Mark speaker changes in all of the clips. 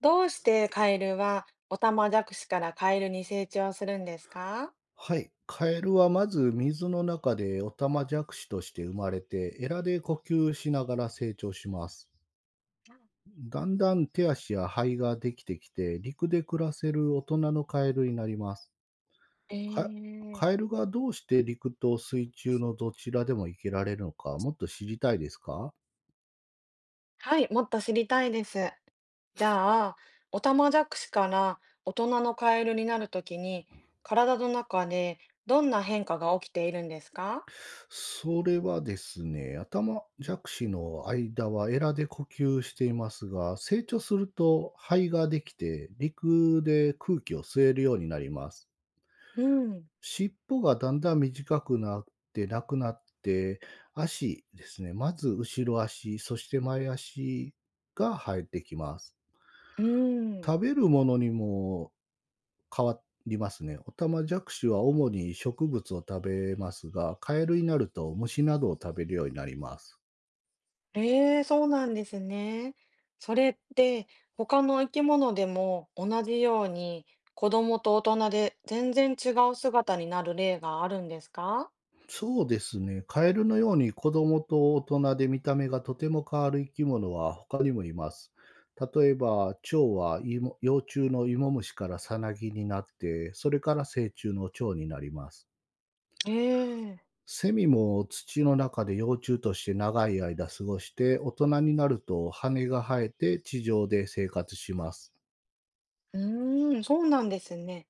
Speaker 1: どうしてカエルはオタマジャクシからカエルに成長するんですか？
Speaker 2: はい。カエルはまず水の中でオタマジャクシとして生まれて、エラで呼吸しながら成長します。だんだん手足や肺ができてきて、陸で暮らせる大人のカエルになります。
Speaker 1: え
Speaker 2: か
Speaker 1: ー、
Speaker 2: カエルがどうして陸と水中のどちらでも生きられるのか、もっと知りたいですか？
Speaker 1: はい、もっと知りたいです。じゃあ、オタマジャクシから大人のカエルになるときに、体の中でどんな変化が起きているんですか？
Speaker 2: それはですね、頭弱視の間はエラで呼吸していますが、成長すると肺ができて陸で空気を吸えるようになります。
Speaker 1: うん。
Speaker 2: 尻尾がだんだん短くなってなくなって、足ですね、まず後ろ足、そして前足が生えてきます。
Speaker 1: うん。
Speaker 2: 食べるものにも変わりますね。オタマジャクシは主に植物を食べますが、カエルになると虫などを食べるようになります。
Speaker 1: ええ、そうなんですね。それって他の生き物でも同じように子供と大人で全然違う姿になる例があるんですか？
Speaker 2: そうですね。カエルのように子供と大人で見た目がとても変わる生き物は他にもいます。例えば、蝶は芋幼虫の芋虫からさなぎになって、それから成虫の蝶になります。
Speaker 1: ええ。
Speaker 2: セミも土の中で幼虫として長い間過ごして、大人になると羽が生えて地上で生活します。
Speaker 1: うーん、そうなんですね。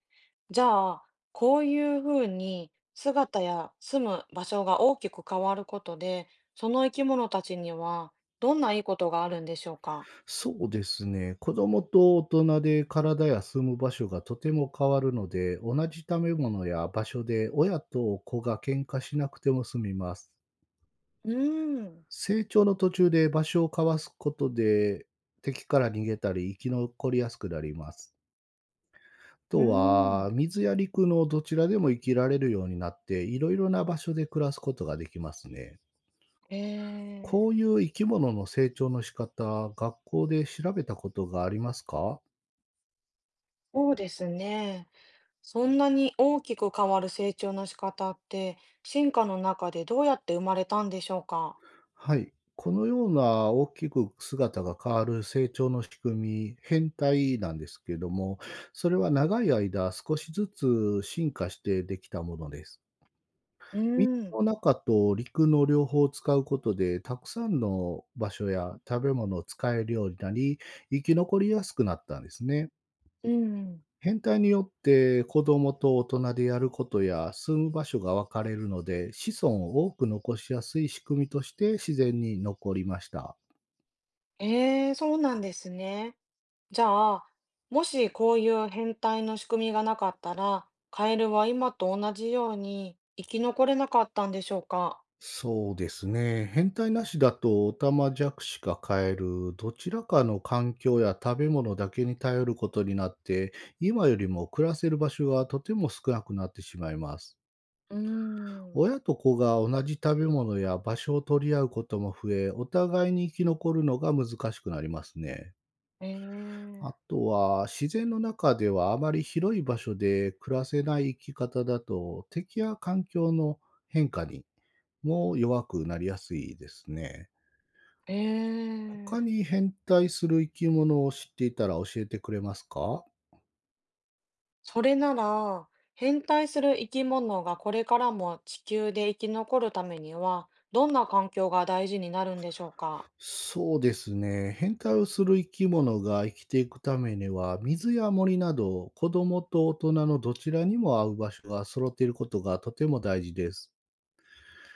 Speaker 1: じゃあ、こういうふうに姿や住む場所が大きく変わることで、その生き物たちにはどんないいことがあるんでしょうか？
Speaker 2: そうですね。子供と大人で体や住む場所がとても変わるので、同じ食べ物や場所で親と子が喧嘩しなくても済みます。
Speaker 1: うーん。
Speaker 2: 成長の途中で場所を交わすことで、敵から逃げたり生き残りやすくなります。あ
Speaker 1: うー
Speaker 2: とは、
Speaker 1: ん、
Speaker 2: 水や陸のどちらでも生きられるようになって、いろいろな場所で暮らすことができますね。
Speaker 1: ええ、
Speaker 2: こういう生き物の成長の仕方、学校で調べたことがありますか？
Speaker 1: そうですね。そんなに大きく変わる成長の仕方って、進化の中でどうやって生まれたんでしょうか？
Speaker 2: はい。このような大きく姿が変わる成長の仕組み、変態なんですけども、それは長い間少しずつ進化してできたものです。
Speaker 1: う
Speaker 2: 水
Speaker 1: ーん。
Speaker 2: の中と陸の両方を使うことで、たくさんの場所や食べ物を使えるようになり、生き残りやすくなったんですね。
Speaker 1: うん。
Speaker 2: 変態によって子供と大人でやることや住む場所が分かれるので、子孫を多く残しやすい仕組みとして自然に残りました。
Speaker 1: ええ、そうなんですね。じゃあ、もしこういう変態の仕組みがなかったら、カエルは今と同じように生き残れなかったんでしょうか？
Speaker 2: そうですね。変態なしだとオタマジャクシかカエル、どちらかの環境や食べ物だけに頼ることになって、今よりも暮らせる場所がとても少なくなってしまいます。
Speaker 1: うーん。
Speaker 2: 親と子が同じ食べ物や場所を取り合うことも増え、お互いに生き残るのが難しくなりますね。
Speaker 1: ええ、
Speaker 2: あとは、自然の中ではあまり広い場所で暮らせない生き方だと、敵や環境の変化にも弱くなりやすいですね。
Speaker 1: え
Speaker 2: 他
Speaker 1: え。
Speaker 2: に変態する生き物を知っていたら教えてくれますか？
Speaker 1: それなら、変態する生き物がこれからも地球で生き残るためには、どんな環境が大事になるんでしょうか？
Speaker 2: そうですね。変態をする生き物が生きていくためには、水や森など、子供と大人のどちらにも合う場所が揃っていることがとても大事です。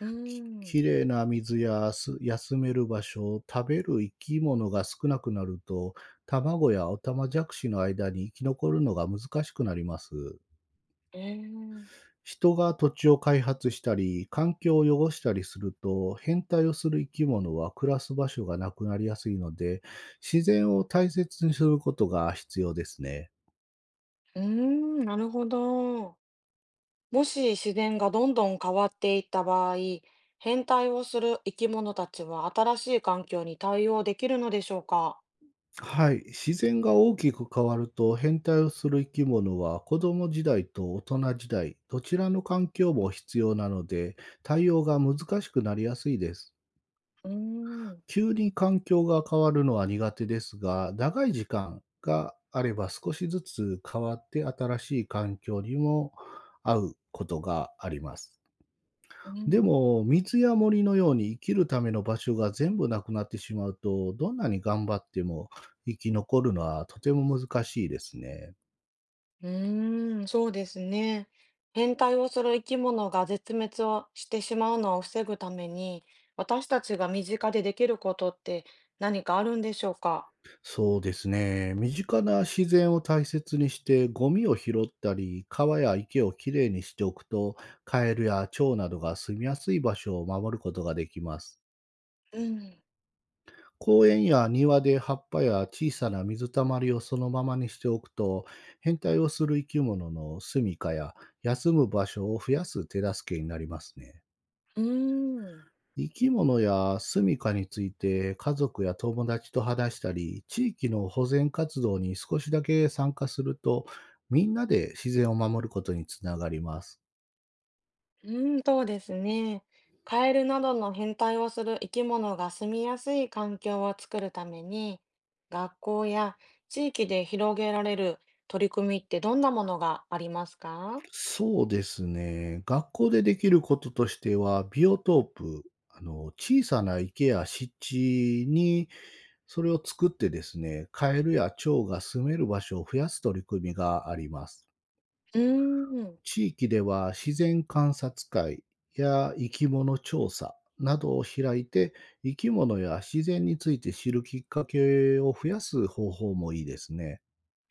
Speaker 1: うー
Speaker 2: きき
Speaker 1: ん。
Speaker 2: れいな水休める場所、食べる生き物が少なくなると、卵やオタマジャクシの間に生き残るのが難しくなります。
Speaker 1: ええ、
Speaker 2: 人が土地を開発したり、環境を汚したりすると、変態をする生き物は暮らす場所がなくなりやすいので、自然を大切にすることが必要ですね。
Speaker 1: うーん、なるほど。もし自然がどんどん変わっていった場合、変態をする生き物たちは新しい環境に対応できるのでしょうか？
Speaker 2: はい。自然が大きく変わると、変態をする生き物は子供時代と大人時代、どちらの環境も必要なので、対応が難しくなりやすいです。
Speaker 1: うーん、
Speaker 2: 急に環境が変わるのは苦手ですが、長い時間があれば少しずつ変わって、新しい環境にも合うことがあります。
Speaker 1: う
Speaker 2: で
Speaker 1: ん、
Speaker 2: も、水や森のように生きるための場所が全部なくなってしまうと、どんなに頑張っても生き残るのはとても難しいですね。
Speaker 1: うーん、そうですね。変態をする生き物が絶滅をしてしまうのを防ぐために、私たちが身近でできることって何かあるんでしょうか？
Speaker 2: そうですね。身近な自然を大切にして、ゴミを拾ったり、川や池をきれいにしておくと、カエルや蝶などが住みやすい場所を守ることができます。
Speaker 1: うん、
Speaker 2: 公園や庭で葉っぱや小さな水たまりをそのままにしておくと、変態をする生き物の住みかや休む場所を増やす手助けになりますね。
Speaker 1: うーん。
Speaker 2: 生き物や住処について家族や友達と話したり、地域の保全活動に少しだけ参加すると、みんなで自然を守ることにつながります。
Speaker 1: うん、そうですね。カエルなどの変態をする生き物が住みやすい環境を作るために、学校や地域で広げられる取り組みってどんなものがありますか？
Speaker 2: そうですね。学校でできることとしては、ビオトープ、小さな池や湿地にそれを作ってですね、カエルや蝶が住める場所を増やす取り組みがあります。
Speaker 1: うーん、
Speaker 2: 地域では自然観察会や生き物調査などを開いて、生き物や自然について知るきっかけを増やす方法もいいですね。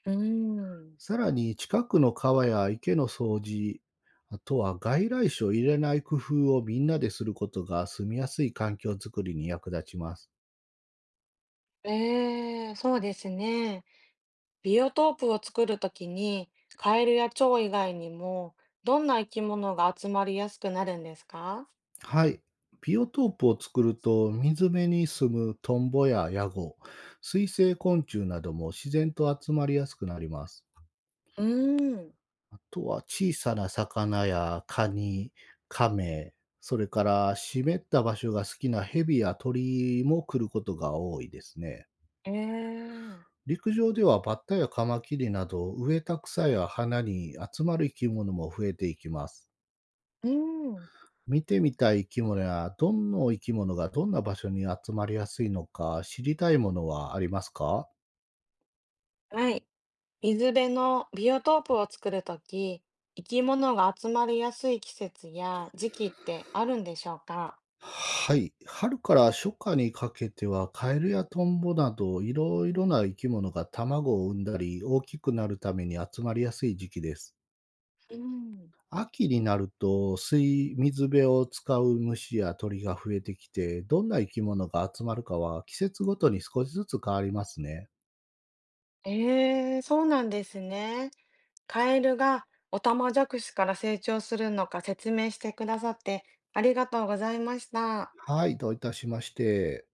Speaker 1: うーん。
Speaker 2: さらに近くの川や池の掃除、あとは外来種を入れない工夫をみんなですることが、住みやすい環境づくりに役立ちます。
Speaker 1: ええ、そうですね。ビオトープを作るときに、カエルや蝶以外にも、どんな生き物が集まりやすくなるんですか？
Speaker 2: はい。ビオトープを作ると、水辺に住むトンボやヤゴ、水生昆虫なども自然と集まりやすくなります。
Speaker 1: うーん、
Speaker 2: あとは小さな魚やカニ、カメ、それから湿った場所が好きなヘビや鳥も来ることが多いですね。
Speaker 1: ええ、
Speaker 2: 陸上ではバッタやカマキリなど、植えた草や花に集まる生き物も増えていきます。
Speaker 1: うん、
Speaker 2: 見てみたい生き物や、どの生き物がどんな場所に集まりやすいのか知りたいものはありますか？
Speaker 1: はい。水辺のビオトープを作るとき、生き物が集まりやすい季節や時期ってあるんでしょうか？
Speaker 2: はい。春から初夏にかけては、カエルやトンボなど、いろいろな生き物が卵を産んだり、大きくなるために集まりやすい時期です。
Speaker 1: うん、
Speaker 2: 秋になると、水辺を使う虫や鳥が増えてきて、どんな生き物が集まるかは季節ごとに少しずつ変わりますね。
Speaker 1: ええ、そうなんですね。カエルがオタマジャクシから成長するのか説明してくださってありがとうございました。
Speaker 2: はい、どういたしまして。